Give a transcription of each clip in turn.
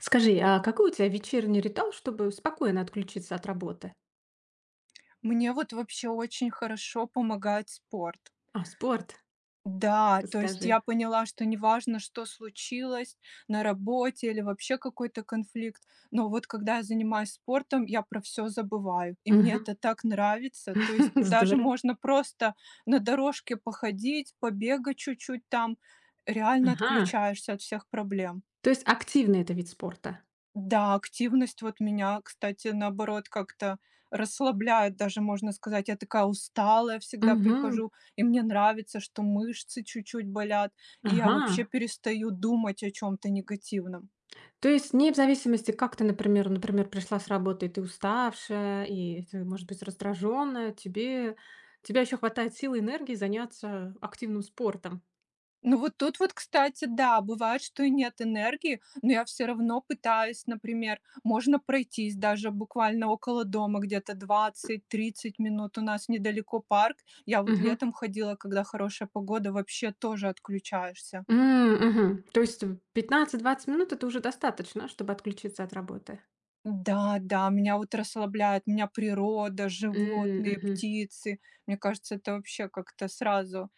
Скажи, а какой у тебя вечерний ритуал, чтобы спокойно отключиться от работы? Мне вот вообще очень хорошо помогает спорт. А, спорт, Да, то есть расскажи. я поняла, что неважно, что случилось на работе или вообще какой-то конфликт, но вот когда я занимаюсь спортом, я про все забываю, и мне Мгм. это так нравится. То есть даже Здорово. можно просто на дорожке походить, побегать чуть-чуть там, реально Ага. отключаешься от всех проблем. То есть активный это вид спорта? Да, активность вот меня, кстати, наоборот, как-то расслабляет, даже можно сказать. Я такая усталая всегда Мгм. прихожу, и мне нравится, что мышцы чуть-чуть болят, и я вообще Ага. перестаю думать о чем-то негативном. То есть не в зависимости, как ты, например, пришла с работы, и ты уставшая, и ты, может быть, раздраженная, тебе тебя еще хватает сил и энергии заняться активным спортом. Ну вот тут вот, кстати, да, бывает, что и нет энергии, но я все равно пытаюсь, например, можно пройтись даже буквально около дома, где-то 20-30 минут. У нас недалеко парк. Я вот Мгм. летом ходила, когда хорошая погода, вообще тоже отключаешься. М, мгм. То есть 15-20 минут это уже достаточно, чтобы отключиться от работы? Да, да, меня вот расслабляет, меня природа, М, животные, мгм. птицы. Мне кажется, это вообще как-то сразу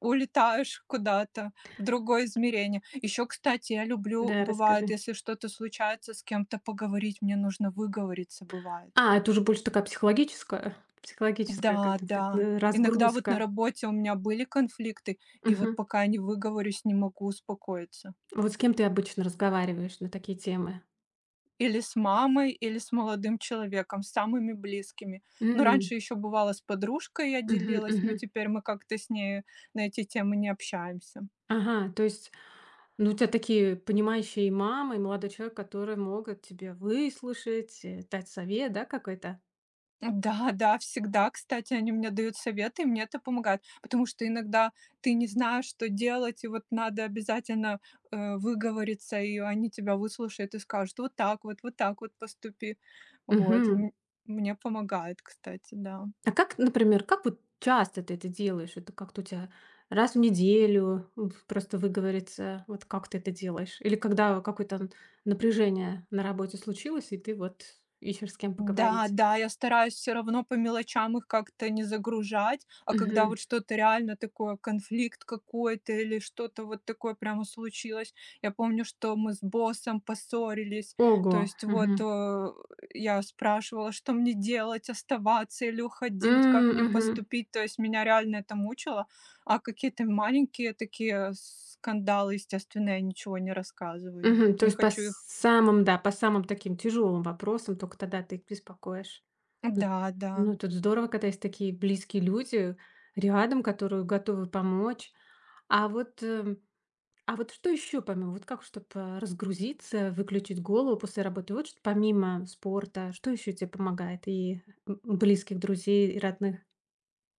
улетаешь куда-то в другое измерение. Еще, кстати, я люблю, Да, бывает, расскажи. если что-то случается с кем-то, поговорить, мне нужно выговориться, бывает. А, это уже больше такая психологическая, как Да, это сказать, да. Иногда вот на разгрузка. работе у меня были конфликты, и вот Мгм. пока не выговорюсь, не могу успокоиться. Вот с кем ты обычно разговариваешь на такие темы? Или с мамой, или с молодым человеком, с самыми близкими. Ну, М. раньше еще бывало с подружкой я Мгм, делилась, но мгм. теперь мы как-то с ней на эти темы не общаемся. Ага, то есть, ну, у тебя такие понимающие мамы, и молодой человек, которые могут тебе выслушать, дать совет, да, какой-то? Да, да, всегда, кстати, они мне дают советы, и мне это помогает, потому что иногда ты не знаешь, что делать, и вот надо обязательно выговориться, и они тебя выслушают и скажут, вот так вот, вот так вот поступи. Вот, Мгм. м- Мне помогает, кстати, да. А как, например, как вот часто ты это делаешь? Это как-то у тебя раз в неделю просто выговориться, вот как ты это делаешь? Или когда какое-то напряжение на работе случилось, и ты вот ищешь с кем Да, поговорить? да, я стараюсь все равно по мелочам их как-то не загружать, а когда Мгм. вот что-то реально такое, конфликт какой-то или что-то вот такое прямо случилось. Я помню, что мы с боссом поссорились, то Ого. есть Мгм. Я спрашивала, что мне делать, оставаться или уходить, М, как мне мгм. поступить, то есть меня реально это мучило, а какие-то маленькие такие скандалы, естественно, я ничего не рассказываю, нет, Мгм. То не есть по хочу их. самым, да, по самым таким тяжелым вопросам только тогда ты их беспокоишь. М, Да, да. Ну, тут здорово, когда есть такие близкие люди рядом, которые готовы помочь. А вот эм, А вот что еще помимо, вот как, чтобы разгрузиться, выключить голову после работы? Вот что помимо спорта, что еще тебе помогает? И близких друзей, и родных?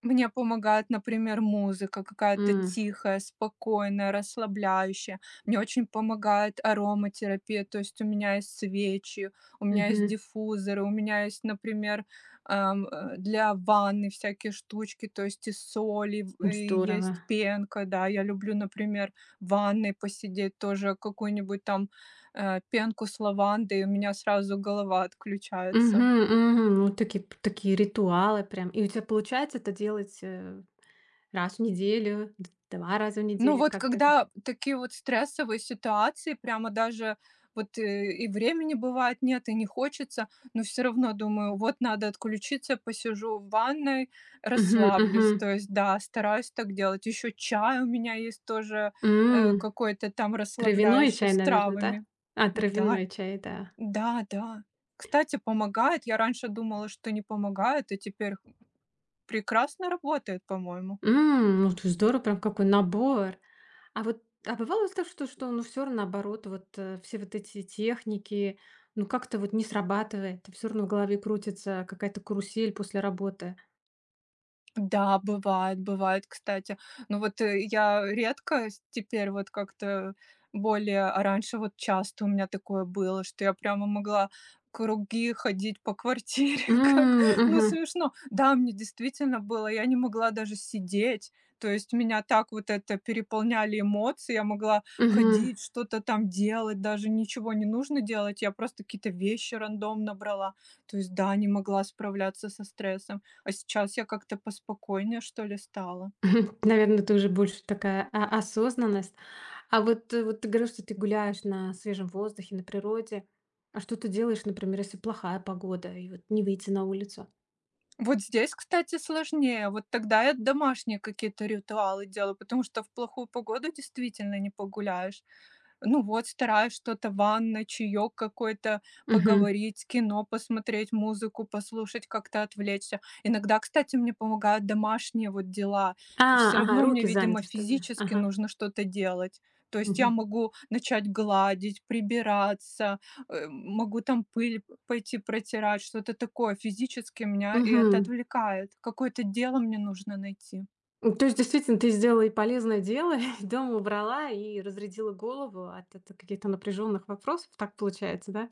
Мне помогает, например, музыка какая-то М, тихая, спокойная, расслабляющая. Мне очень помогает ароматерапия, то есть у меня есть свечи, у меня есть мгм. диффузоры, у меня есть, например, для ванны всякие штучки, то есть и соли, и Здорово. есть пенка, да. Я люблю, например, в ванной посидеть тоже какую-нибудь там пенку с лавандой, и у меня сразу голова отключается. Мгм, мгм. Ну, такие, такие ритуалы прям. И у тебя получается это делать раз в неделю, два раза в Ну неделю, вот как-то это? когда такие вот стрессовые ситуации, прямо даже и времени бывает нет, и не хочется, но все равно думаю: "Вот надо отключиться, посижу в ванной, Мгм, мгм. расслаблюсь". То есть да, стараюсь так делать. Еще чай у меня есть тоже, М, какой-то там Травяной расслабляющий чай, с наверное, да? травами. А, Да, травяной чай, да. да-да. Кстати, помогает. Я раньше думала, что не помогает, и теперь прекрасно работает, по-моему. Ну, это здорово, прям какой набор. А вот, а бывало так, что, ну, все равно, наоборот, вот, все вот эти техники, ну, как-то вот не срабатывает, все равно в голове крутится какая-то карусель после работы? Да, бывает, бывает, кстати. Ну вот, я редко с теперь вот как-то более, а раньше вот часто у меня такое было, что я прямо могла круги ходить по квартире, как, М, ну, мгм, смешно. Да, мне действительно было, я не могла даже сидеть, то есть меня так вот это переполняли эмоции, я могла мгм. ходить, что-то там делать, даже ничего не нужно делать, я просто какие-то вещи рандомно брала, то есть да, не могла справляться со стрессом. А сейчас я как-то поспокойнее, что ли, стала. Наверно, ты уже больше такая о осознанность. А вот, вот ты говорил, что ты гуляешь на свежем воздухе, на природе. А что ты делаешь, например, если плохая погода и вот не выйти на улицу? Вот здесь, кстати, сложнее. Вот тогда я домашние какие-то ритуалы делаю, потому что в плохую погоду действительно не погуляешь. Ну вот, стараюсь что-то, ванна, чаек какой-то, Мгм. поговорить, кино посмотреть, музыку послушать, как-то отвлечься. Иногда, кстати, мне помогают домашние вот дела. А, Все ага, равно мне, руки видимо, заняты, что ли? физически Ага. нужно что-то делать. То есть я Мгм. могу начать гладить, прибираться, могу там пыль пойти протирать, что-то такое. Физически меня и это Мгм. отвлекает. Какое-то дело мне нужно найти. Ну, то есть, действительно, ты сделала и полезное дело, и дома убрала, и разрядила голову от каких-то напряженных вопросов. Так получается, да?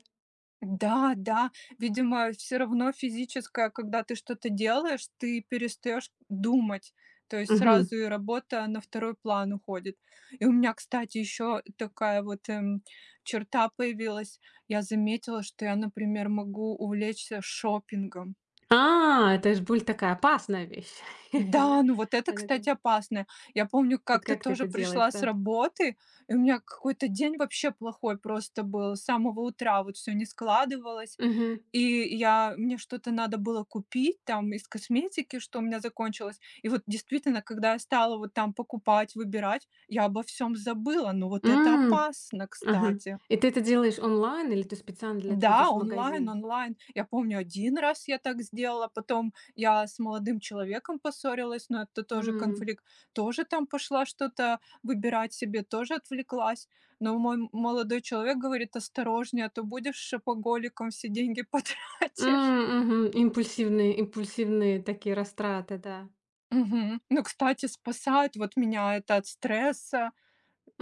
Да, да, видимо, все равно физическое, когда ты что-то делаешь, ты перестаешь думать. То есть Мгм. сразу и работа на второй план уходит. И у меня, кстати, еще такая вот, черта появилась. Я заметила, что я, например, могу увлечься шопингом. А, это же боль такая опасная вещь. Да, ну вот это, Это как? кстати, опасно. Я помню, И как-то как ты тоже это делаешь, пришла с да? работы, и у меня какой-то день вообще плохой просто был. С самого утра вот все не складывалось. Мгм. И я мне что-то надо было купить там из косметики, что у меня закончилось. И вот действительно, когда я стала вот там покупать, выбирать, я обо всем забыла. Но вот это М, опасно, ага. кстати. И ты это делаешь онлайн или ты специально для этого Да, идешь в онлайн, магазин? онлайн. Я помню, один раз я так сделала, потом я с молодым человеком поссорилась, но это тоже М, конфликт. Тоже там пошла что-то выбирать себе, тоже отвлеклась. Но мой молодой человек говорит: "Осторожнее, а то будешь шопоголиком, все деньги потратишь". м, мгм. Импульсивные такие растраты, да. Мгм. Ну, кстати, спасает вот меня это от стресса,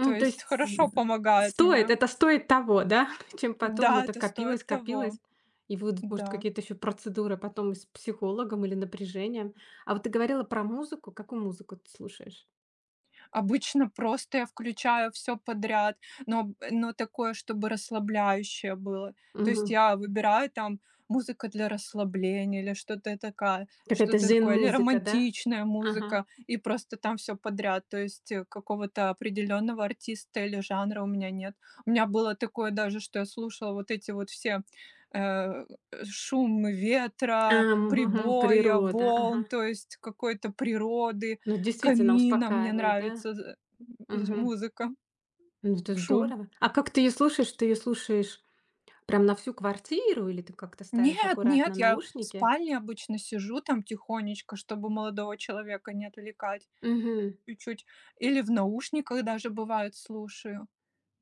то то есть есть хорошо з помогает стоит, мне. это стоит того, да, чем потом Да, это это копилось, стоит того. копилось, и будут, может, Да. какие-то еще процедуры потом и с психологом или напряжением. А вот ты говорила про музыку. Какую музыку ты слушаешь? Обычно просто я включаю все подряд, но такое, чтобы расслабляющее было. То есть Мгм. я выбираю там музыка для расслабления или Какая-то что-то зен такое, или музыка, да? романтичная Ага. музыка, и просто там все подряд. То есть, какого-то определенного артиста или жанра у меня нет. У меня было такое даже, что я слушала вот эти вот все, э, шум А, ветра, м, мгм. прибоя, Природа, ага. волн, то есть какой-то природы. Ну, действительно Камина, мне успокаивает, да? нравится з з Мгм. музыка, Ну, это шум. здорово. А как ты ее слушаешь? Ты ее слушаешь прям на всю квартиру или ты как-то ставишь Нет, аккуратно нет, я в наушники? спальне обычно сижу там тихонечко, чтобы молодого человека не отвлекать Мгм. чуть-чуть. Или в наушниках даже бывает слушаю.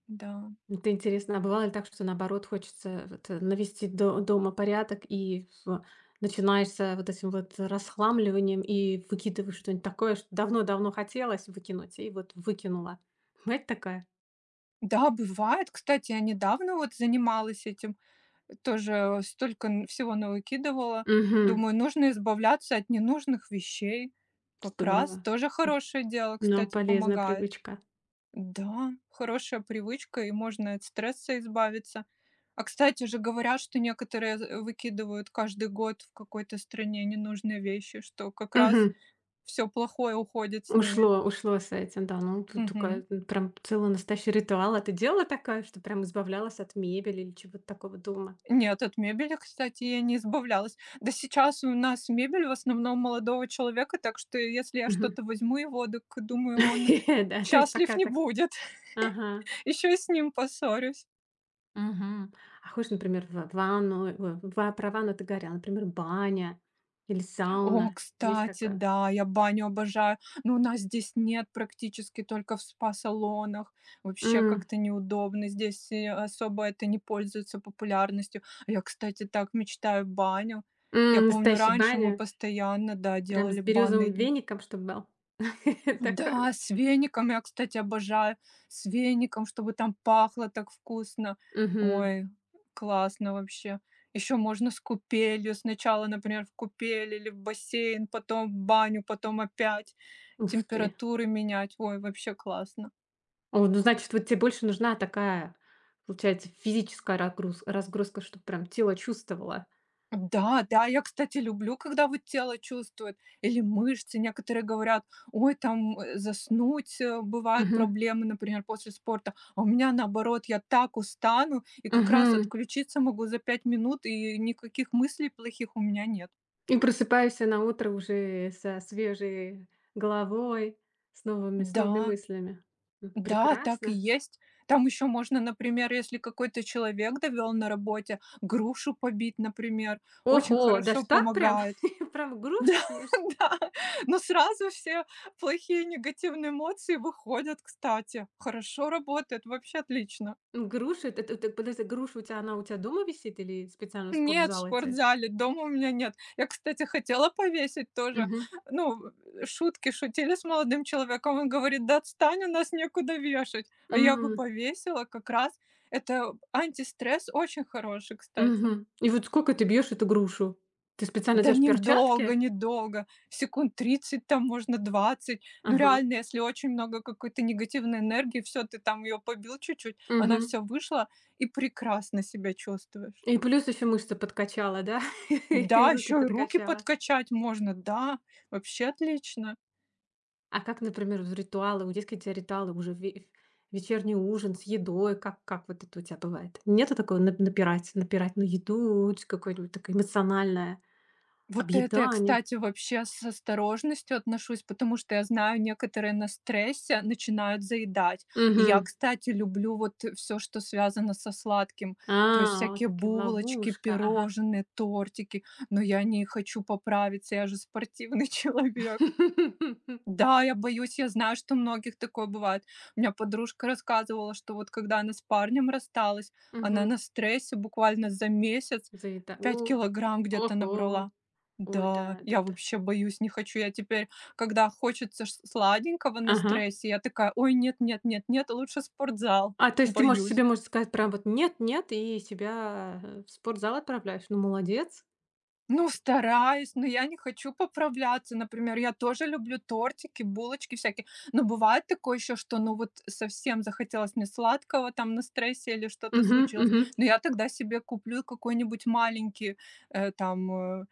Да. Ну, это интересно, а бывало ли так, что наоборот хочется вот, навести дома порядок и начинаешься вот этим вот расхламливанием и выкидываешь что-нибудь такое, что давно-давно хотелось выкинуть, и вот выкинула. Бывает такая? Да, бывает. Кстати, я недавно вот занималась этим, тоже столько н всего навыкидывала. Угу, Думаю, нужно избавляться от ненужных вещей. Как раз здорово. тоже М, хорошее дело, Ну, кстати, полезная помогает. привычка. Да, хорошая привычка, и можно от стресса избавиться. А, кстати же, говорят, что некоторые выкидывают каждый год в какой-то стране ненужные вещи, что как раз Угу. все плохое уходит с ними. Ушло, ушло с этим, да. Ну, тут Мгм. такая прям целый настоящий ритуал. А ты делала такое, что прям избавлялась от мебели или чего-то такого дома? Нет, от мебели, кстати, я не избавлялась. Да сейчас у нас мебель в основном молодого человека, так что если я Мгм. что-то возьму его, так думаю, он Да, то есть счастлив пока не так. будет. Ага. Еще и с ним поссорюсь. Мгм. А хочешь, например, в ванну, э, в про ванну ты говорила, например, баня или О, сауна. Есть кстати, такое? да, я баню обожаю, но у нас здесь нет практически, только в спа-салонах. Вообще М, как-то неудобно, здесь и особо это не пользуется популярностью. А я, кстати, так мечтаю баню. Я помню, настоящая раньше мы баня, постоянно, да, прям с делали березовым банные дни. веником, чтобы был. Такое. Да, с веником. Я, кстати, обожаю с веником, чтобы там пахло так вкусно. Мгм. Ой, классно вообще. Еще можно с купелью. Сначала, например, в купель или в бассейн, потом в баню, потом опять Ух ты. температуры менять. Ой, вообще классно. О, ну, значит, вот тебе больше нужна такая, получается, физическая разгрузка, чтобы прям тело чувствовало. Да, да, я, кстати, люблю, когда вот тело чувствует или мышцы. Некоторые говорят: "Ой, там, заснуть, бывают Мгм. проблемы, например, после спорта". А у меня наоборот, я так устану и как раз Мгм. отключиться могу за 5 минут, и никаких мыслей плохих у меня нет. И просыпаешься на утро уже со свежей головой, с новыми Да, мыслями. Да, так и Прекрасно. есть. Там еще можно, например, если какой-то человек довел на работе, грушу побить, например, очень Ого, хорошо даже так прям? помогает. Прям Да, грушу пьешь? да, но сразу все плохие негативные эмоции выходят, кстати. Хорошо работает, вообще отлично. Это ты подожди, груша у тебя, она у тебя дома висит или специально в Нет, в спортзал идти? спортзале, дома у меня нет. Я, кстати, хотела повесить тоже. Мгм. Ну, шутки шутили с молодым человеком. Он говорит: "Да отстань, у нас некуда вешать". А я бы М, повесила как раз. Это антистресс очень хороший, кстати. мгм. И вот сколько ты бьешь эту грушу? Ты специально Да одеваешь недолго, перчатки? недолго. секунд 30, там, можно 20. Ну, Ага. реально, если очень много какой-то негативной энергии, все ты там ее побил чуть-чуть, она Мгм. все вышла, и прекрасно себя чувствуешь. И плюс еще мышцы подкачала, да? И Да, руки еще и руки подкачала. подкачать можно, да, вообще отлично. А как, например, вот ритуалы, У есть какие-то ритуалы уже ве вечерний ужин с едой, как вот это у тебя бывает? Нету такого напирать на еду, ч какое-нибудь такое эмоциональное Вот это я, объедание? кстати, вообще с осторожностью отношусь, потому что я знаю, некоторые на стрессе начинают заедать. И я, Мгм. кстати, люблю вот все, что связано со сладким, то есть А, вот всякие такая булочки, ловушка, ага. пирожные, тортики, но я не хочу поправиться, я же спортивный человек. Да, я боюсь, я знаю, что у многих такое бывает. У меня подружка рассказывала, что вот когда она с парнем рассталась, она Мгм. на стрессе буквально за месяц Заеда 5 о, килограмм где-то ого, набрала. ой, да, Да, я да-да. вообще боюсь, не хочу. Я теперь, когда хочется сладенького на Ага. стрессе, я такая, ой, нет, нет, нет, нет, лучше спортзал. А, то есть ты можешь себе, Боюсь. можно сказать, прям вот нет, нет и себя, в спортзал отправляешь. Ну, молодец. Ну, стараюсь, но я не хочу поправляться. Например, я тоже люблю тортики, булочки всякие. Но бывает такое еще, что ну вот совсем захотелось мне сладкого там на стрессе или что-то Мгм, случилось. мгм. Но я тогда себе куплю какой-нибудь маленький там э,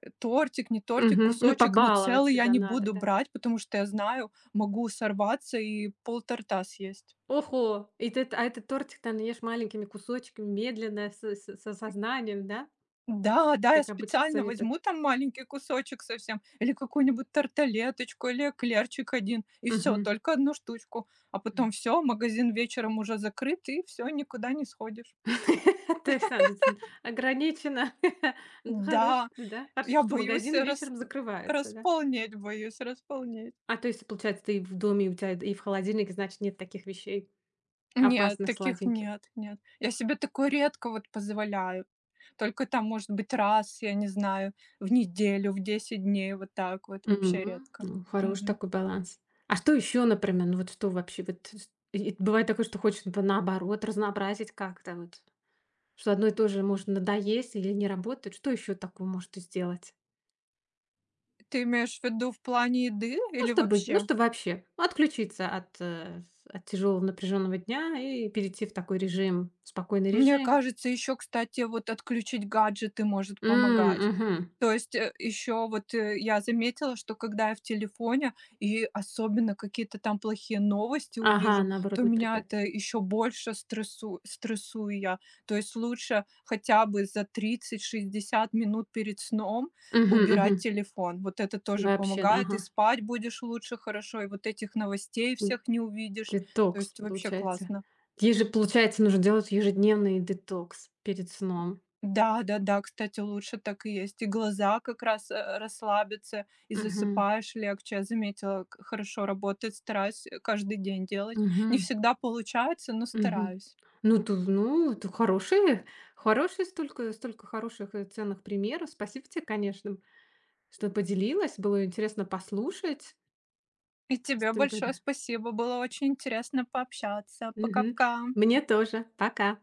э, тортик, не тортик, Мгм. Ну, кусочек, но побаловать целый я себя не надо, буду да. брать, потому что я знаю, могу сорваться и полторта съесть. Ого! И ты т а этот тортик, ты ешь маленькими кусочками, медленно, с сознанием, да? Да, да, я Как обычно специально советуют. возьму там маленький кусочек совсем или какую-нибудь тарталеточку, или эклерчик один и все, Мгм. только одну штучку. А потом М. все, магазин вечером уже закрыт, и все, никуда не сходишь. То есть надо ц ограничено. Ну, хорош Да, да. Хорошо, я что боюсь магазины вечером закрываются, да? располнеть, боюсь располнеть. А, то есть, получается, ты и в доме, и у тебя и в холодильнике, значит, нет таких вещей Нет, опасных, таких сладеньких. нет, нет. Я себе такое редко вот позволяю. Только там, может быть, раз, я не знаю, в неделю, в 10 дней, вот так вот, вообще Мгм. редко. Ну, хороший Мгм. такой баланс. А что еще, например? Ну вот что вообще? Вот с и бывает такое, что хочется бы наоборот разнообразить как-то вот, что одно и то же может надоесть или не работать. Что еще такого может сделать? Ты имеешь в виду в плане еды Ну, или чтобы ну, вообще? чтобы вообще отключиться от тяжелого напряженного дня и перейти в такой режим, спокойный Мне режим. кажется, еще, кстати, вот отключить гаджеты может помогать. М, мгм. То есть еще вот я заметила, что когда я в телефоне и особенно какие-то там плохие новости Ага, увижу, наоборот то меня напрягает. это еще больше стрессую я. То есть лучше хотя бы за 30-60 минут перед сном Мгм, убирать мгм. телефон. Вот это тоже Вообще, да, помогает. И ага. спать будешь лучше хорошо, и вот этих новостей всех не увидишь. То Детокс, есть вообще получается. классно. Ей же, получается, нужно делать ежедневный детокс перед сном. Да-да-да, кстати, лучше так и есть. И глаза как раз, расслабятся, и Мгм. засыпаешь легче. Я заметила, к хорошо работает, стараюсь, каждый день делать. Не Мгм. всегда получается, но Мгм. стараюсь. Ну, это хорошие, столько столько хороших и ценных примеров. Спасибо тебе, конечно, что поделилась. Было интересно послушать. И тебе Столько, да. большое спасибо, было очень интересно пообщаться. Мгм. Пока-пока. Мне тоже. Пока.